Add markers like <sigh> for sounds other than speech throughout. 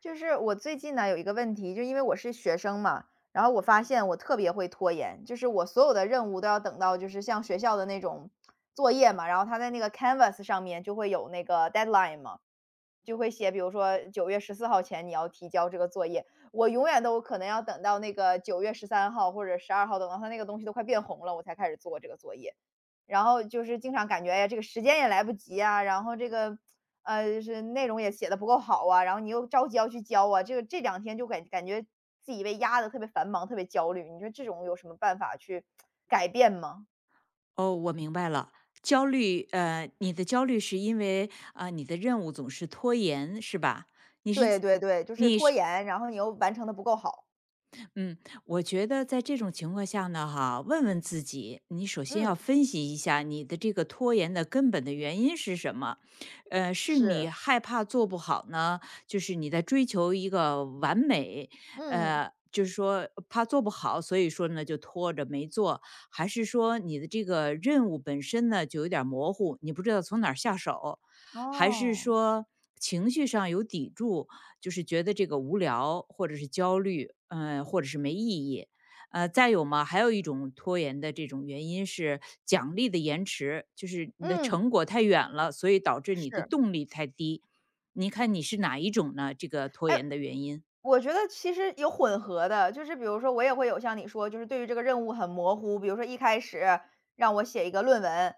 就是我最近呢有一个问题，就因为我是学生嘛，然后我发现我特别会拖延，就是我所有的任务都要等到就是像学校的那种作业嘛，然后他在那个 Canvas 上面就会有那个 deadline 嘛，就会写，比如说9月14号前你要提交这个作业，我永远都可能要等到那个9月13号或者12号，等到他那个东西都快变红了，我才开始做这个作业。然后就是经常感觉，哎呀，这个时间也来不及啊，然后这个，就是内容也写的不够好啊，然后你又着急要去交啊，这个这两天就感觉自己被压的特别繁忙，特别焦虑。你说这种有什么办法去改变吗？哦，我明白了。焦虑，你的焦虑是因为你的任务总是拖延，是吧？你是对对对，就是你拖是延，然后你又完成的不够好。嗯，我觉得在这种情况下呢，问问自己，你首先要嗯，分析一下你的这个拖延的根本的原因是什么？是你是，害怕做不好呢，就是你在追求一个完美，嗯，就是说怕做不好，所以说呢就拖着没做，还是说你的这个任务本身呢就有点儿模糊，你不知道从哪儿下手，还是哦，说情绪上有抵触，就是觉得这个无聊或者是焦虑，或者是没意义。再有嘛，还有一种拖延的这种原因是奖励的延迟，就是你的嗯，成果太远了，所以导致你的是。动力太低。你看你是哪一种呢？这个拖哎，延的原因？我觉得其实有混合的，就是比如说我也会有像你说，就是对于这个任务很模糊，比如说一开始让我写一个论文，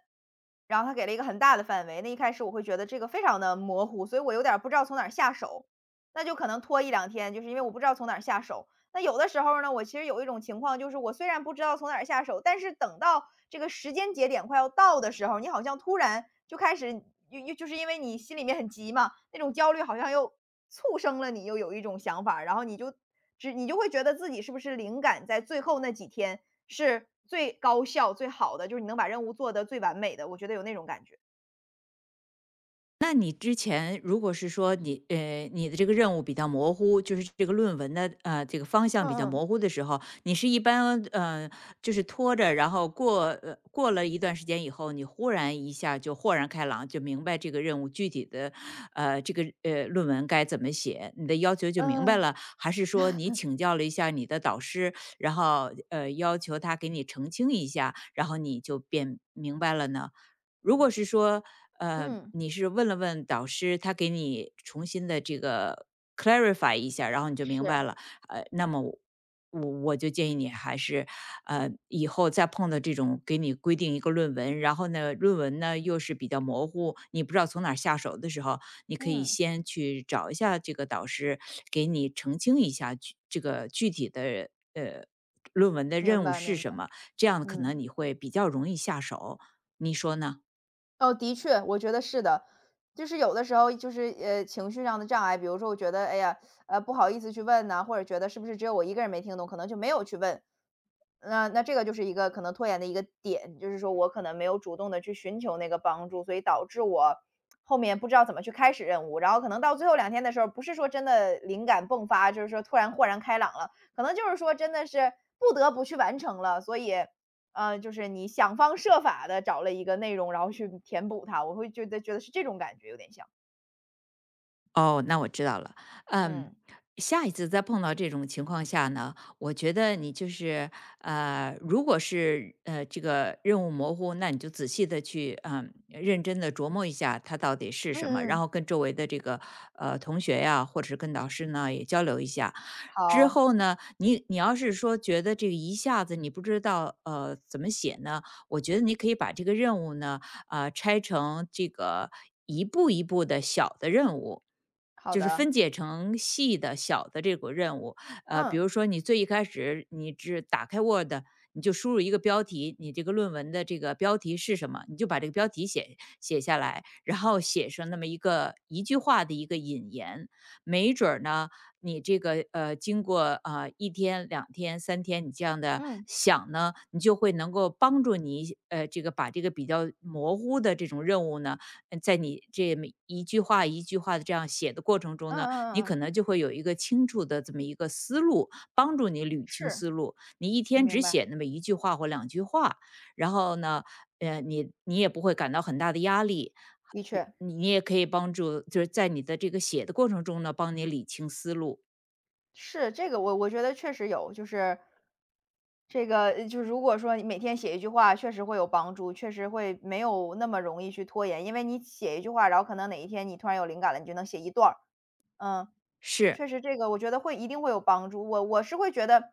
然后他给了一个很大的范围，那一开始我会觉得这个非常的模糊，所以我有点儿不知道从哪儿下手，那就可能拖一两天，就是因为我不知道从哪儿下手。那有的时候呢，我其实有一种情况，就是我虽然不知道从哪儿下手，但是等到这个时间节点快要到的时候，你好像突然就开始，又就是因为你心里面很急嘛，那种焦虑好像又促生了你又有一种想法儿，然后你就你就会觉得自己是不是灵感在最后那几天是最高效、最好的，就是你能把任务做得最完美的，我觉得有那种感觉。那你之前如果是说你的这个任务比较模糊，就是这个论文的这个方向比较嗯模糊的时候，你是一般就是拖着，然后过了一段时间以后，你忽然一下就豁然开朗，就明白这个任务具体的这个论文该怎么写，你的要求就明嗯白嗯了，还是说你请教了一下你的导师，然后要求他给你澄清一下，然后你就变明白了呢？如果是说，嗯，你是问了问导师，他给你重新的这个 clarify 一下，然后你就明白是，了，那么我就建议你还是，以后再碰到这种给你规定一个论文，然后呢，论文呢又是比较模糊，你不知道从哪儿下手的时候，你可嗯以嗯，先去找一下这个导师，给你澄清一下这个具体的论文的明任务白是明什白，么，这样可嗯。能你会比较容易下手，你说呢？哦，的确，我觉得是的。就是有的时候就是情绪上的障碍，比如说我觉得哎呀，不好意思去问呐、或者觉得是不是只有我一个人没听懂，可能就没有去问。那这个就是一个可能拖延的一个点，就是说我可能没有主动的去寻求那个帮助，所以导致我后面不知道怎么去开始任务，然后可能到最后两天的时候，不是说真的灵感迸发，就是说突然豁然开朗了，可能就是说真的是不得不去完成了，所以嗯，就是你想方设法的找了一个内容，然后去填补它，我会觉得是这种感觉有点像。哦，那我知道了。嗯，嗯。下一次再碰到这种情况下呢，我觉得你就是如果是这个任务模糊，那你就仔细的去认真的琢磨一下它到底是嗯什么，然嗯，后跟周围的这个同学呀，或者是跟导师呢也交流一下。之好，后呢，你要是说觉得这个一下子你不知道怎么写呢，我觉得你可以把这个任务呢拆成这个一步一步的小的任务。好就是的。分解成细的、小的这个任务，比嗯，如说你最一开始你只打开 Word,你就输入一个标题，你这个论文的这个标题是什么，你就把这个标题写下来，然后写上那么一个一句话的一个引言，没准儿呢，你这个经过1天、2天、3天，你这样的嗯，想呢，你就会能够帮助你这个把这个比较模糊的这种任务呢，在你这么一句话一句话的这样写的过程中嗯呢，你嗯嗯可嗯，能就会有一个清楚的这么一个思路，帮助你捋清是，思路。你一天明只白，写那么一句话或两句话，然后呢，你也不会感到很大的压力，的确，你你也可以帮助，就是在你的这个写的过程中呢，帮你理清思路。是，这个我觉得确实有，就是这个就是如果说你每天写一句话，确实会有帮助，确实会没有那么容易去拖延。因为你写一句话，然后可能哪一天你突然有灵感了，你就能写一段儿，嗯。是，确实这个我觉得会一定会有帮助。我是会觉得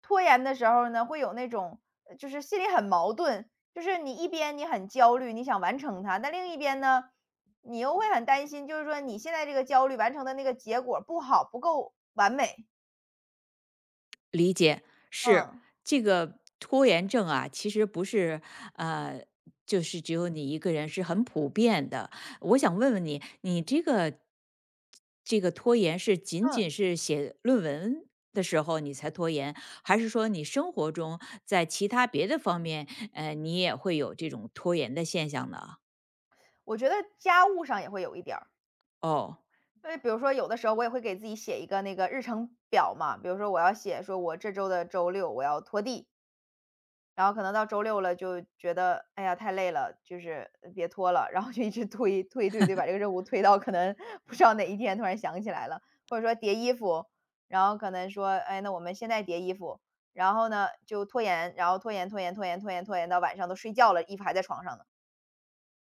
拖延的时候呢，会有那种就是心里很矛盾，就是你一边你很焦虑，你想完成它，但另一边呢，你又会很担心，就是说你现在这个焦虑完成的那个结果不好，不够完美。理解，是嗯这个拖延症啊，其实不是呃，就是只有你一个人，是很普遍的。我想问问你，你这个拖延是仅仅嗯，是写论文的时候你才拖延，还是说你生活中在其他别的方面，你也会有这种拖延的现象呢？我觉得家务上也会有一点儿。哦，因为比如说，有的时候我也会给自己写一个那个日程表嘛，比如说我要写说，我这周的周六我要拖地，然后可能到周六了就觉得，哎呀，太累了，就是别拖了，<laughs> 然后就一直推推推推，把这个任务推到可能 <laughs> 不知道哪一天突然想起来了，或者说叠衣服，然后可能说，哎，那我们现在叠衣服，然后呢就拖延，然后拖延拖延拖延拖延拖延到晚上都睡觉了，衣服还在床上呢。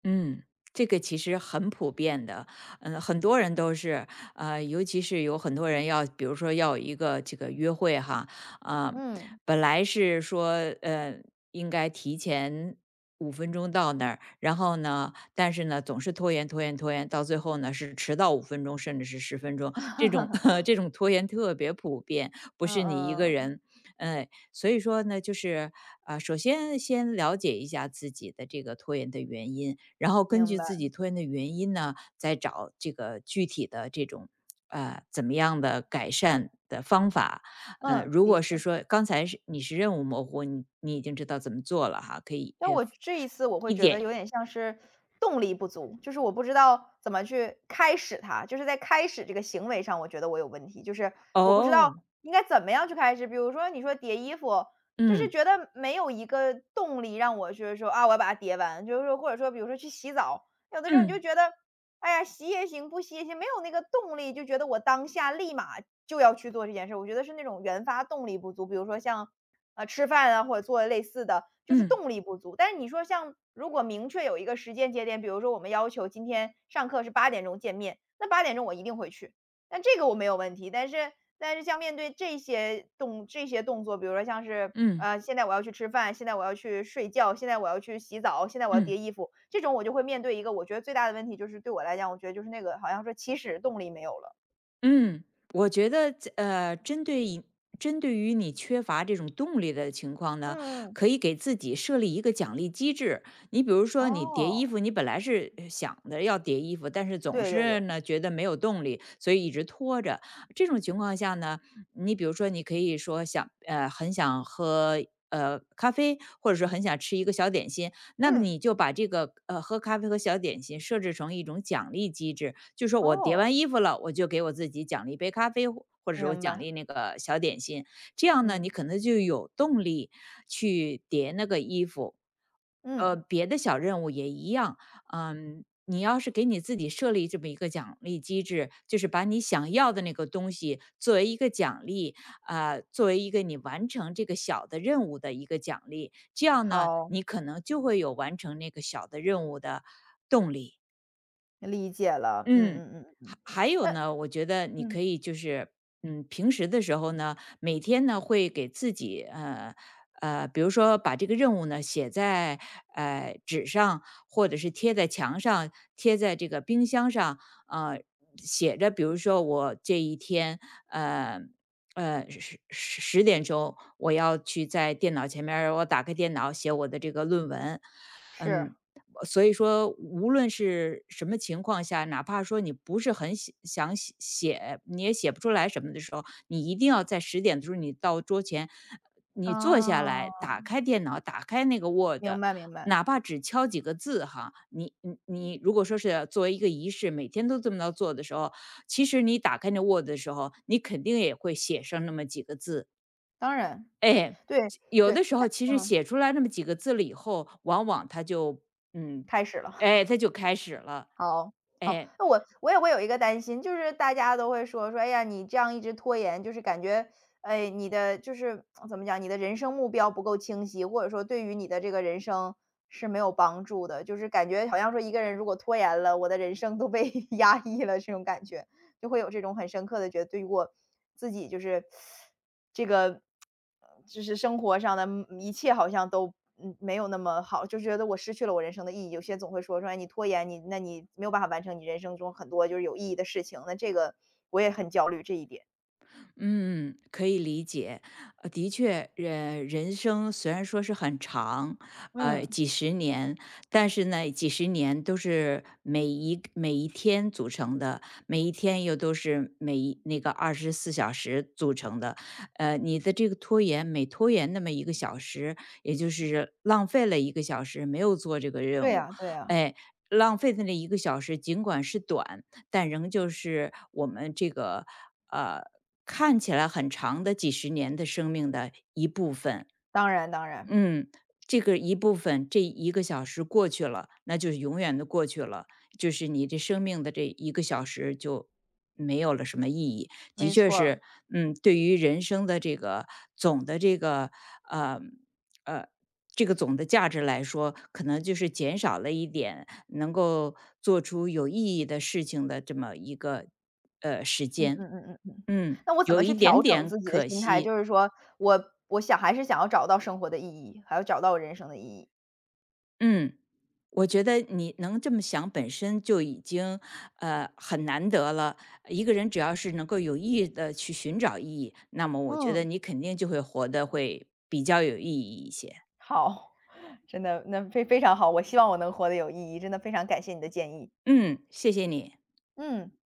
嗯，这个其实很普遍的，很多人都是，尤其是有很多人要，比如说要有一个这个约会哈，啊、嗯本来是说，呃，应该提前五分钟到那儿，然后呢，但是呢，总是拖延拖延拖延，到最后呢是迟到五分钟，甚至是10分钟，这种 <laughs> 这种拖延特别普遍，不是你一个嗯嗯，人，所以说呢，就是首先先了解一下自己的这个拖延的原因，然后根明据白，自己拖延的原因呢，再找这个具体的这种怎么样的改善的方法。嗯，如的果是确。说刚才是你是任务模糊，你已经知道怎么做了哈，可以但我这一次我会一觉得点有点像是动力不足，就是我不知道怎么去开始它，就是在开始这个行为上，我觉得我有问题，就是我不知道哦，应该怎么样去开始。比如说你说叠衣服，就是觉得没有一个动力让我就是说啊，我要把它叠完，就是说或者说比如说去洗澡，有的时候你就嗯觉得，哎呀，洗也行，不洗也行，没有那个动力，就觉得我当下立马就要去做这件事儿，我觉得是那种原发动力不足。比如说像啊，吃饭啊，或者做类似的，就是嗯动力不足。但是你说像如果明确有一个时间节点，比如说我们要求今天上课是八点钟见面，那八点钟我一定会去，但这个我没有问题。但是像面对这些动作，比如说像嗯是嗯嗯现在我要去吃饭，现在我要去睡觉，现在我要去洗澡，现在我要叠嗯。衣服，这种我就会面对一个我觉得最大的问题，就是对我来讲，我觉得就是那个好像说起始动力没有了。嗯，我觉得针对于你缺乏这种动力的情况呢，嗯，嗯嗯可以给自己设立一个奖励机制。你比如说，你叠哦，衣服，你本来是想着要叠衣服，但是总对对对，是呢觉得没有动力，所以一直拖着。这种情况下呢，你比如说，你可以说想很想喝。咖啡，或者是很想吃一个小点心，那么嗯，你就把这个喝咖啡和小点心设置成一种奖励机制，就说我叠哦，完衣服了，我就给我自己奖励一杯咖啡，或者说我明奖白，励那个小点心。这样呢，嗯。你可能就有动力去叠那个衣服。嗯，别的小任务也一样，你要是给你自己设立这么一个奖励机制，就是把你想要的那个东西作为一个奖励，作为一个你完成这个小的任务的一个奖励，这样呢，好，你可能就会有完成那个小的任务的动力。理解了。嗯嗯，嗯嗯嗯嗯，还还有那呢，我觉得你嗯，可以就是，平时的时候呢，每天呢会给自己比如说把这个任务呢写在纸上，或者是贴在墙上，贴在这个冰箱上，呃，写着，比如说我这一天，呃。十点钟我要去在电脑前面儿我打开电脑写我的这个论文，是，嗯，所以说无论是什么情况下，哪怕说你不是很喜想写写，你也写不出来什么的时候，你一定要在十点的时候你到桌前，你坐下啊，来，打开电脑，打开那个 Word,明白明白，哪怕只敲几个字哈，你如果说是作为一个仪式，每天都这么着做的时候，其实你打开那 Word 的时候，你肯定也会写上那么几个字。当然，哎，对有对，的时那候其实嗯，写出来那么几个字了以后，往往他就嗯，开始了。哎，他就开始了，好，好，哎。那我也会有一个担心，就是大家都会说说，哎呀，你这样一直拖延，就是感觉，哎，你的就是怎么讲，你的人生目标不够清晰，或者说对于你的这个人生是没有帮助的，就是感觉好像说一个人如果拖延了，我的人生都被 <laughs> 压抑了，这种感觉就会有这种很深刻的觉得，对于我自己就是生活上的嗯一切好像都，嗯，没有那么好，就觉得我失去了我人生的意义。有些总会说说："哎，你拖延，你那你没有办法完成你人生中很多就是有意义的事情。"那这个我也很焦虑这一点。嗯，可以理解。的确，人生虽然说是很长，嗯，几十年，但是呢，几十年都是每一天组成的，每一天又都是每一那个24小时组成的。你的这个拖延，每拖延那么一个小时，也就是浪费了一个小时没有做这个对任务，呀对呀，哎，浪费的那一个小时，尽管是短。但仍旧是我们这个呃看起来很长的几十年的生命的一部分。当然当然，嗯，这个一部分，这一个小时过去了，那就是永远的过去了，就是你这生命的这一个小时就没有了什么意义。的没确错儿。是，对于人生的这个总的呃呃价值来说，可能就是减少了一点能够做出有意义的事情的这么一个时嗯间。嗯嗯嗯嗯，那我怎有么一去点调整点自己的可心态？惜。就是说我想还是想要找到生活的意义，还要找到我人生的意义。嗯。我觉得你能这么想，本身就已经很难得了。一个人只要是能够有意的去寻找意义，那么我觉得嗯，你肯定就会活得会比较有意义一些。好，<laughs> 真的，那非常好，我希望我能活得有意义，真的非常感谢你的建议。嗯，谢谢你。嗯。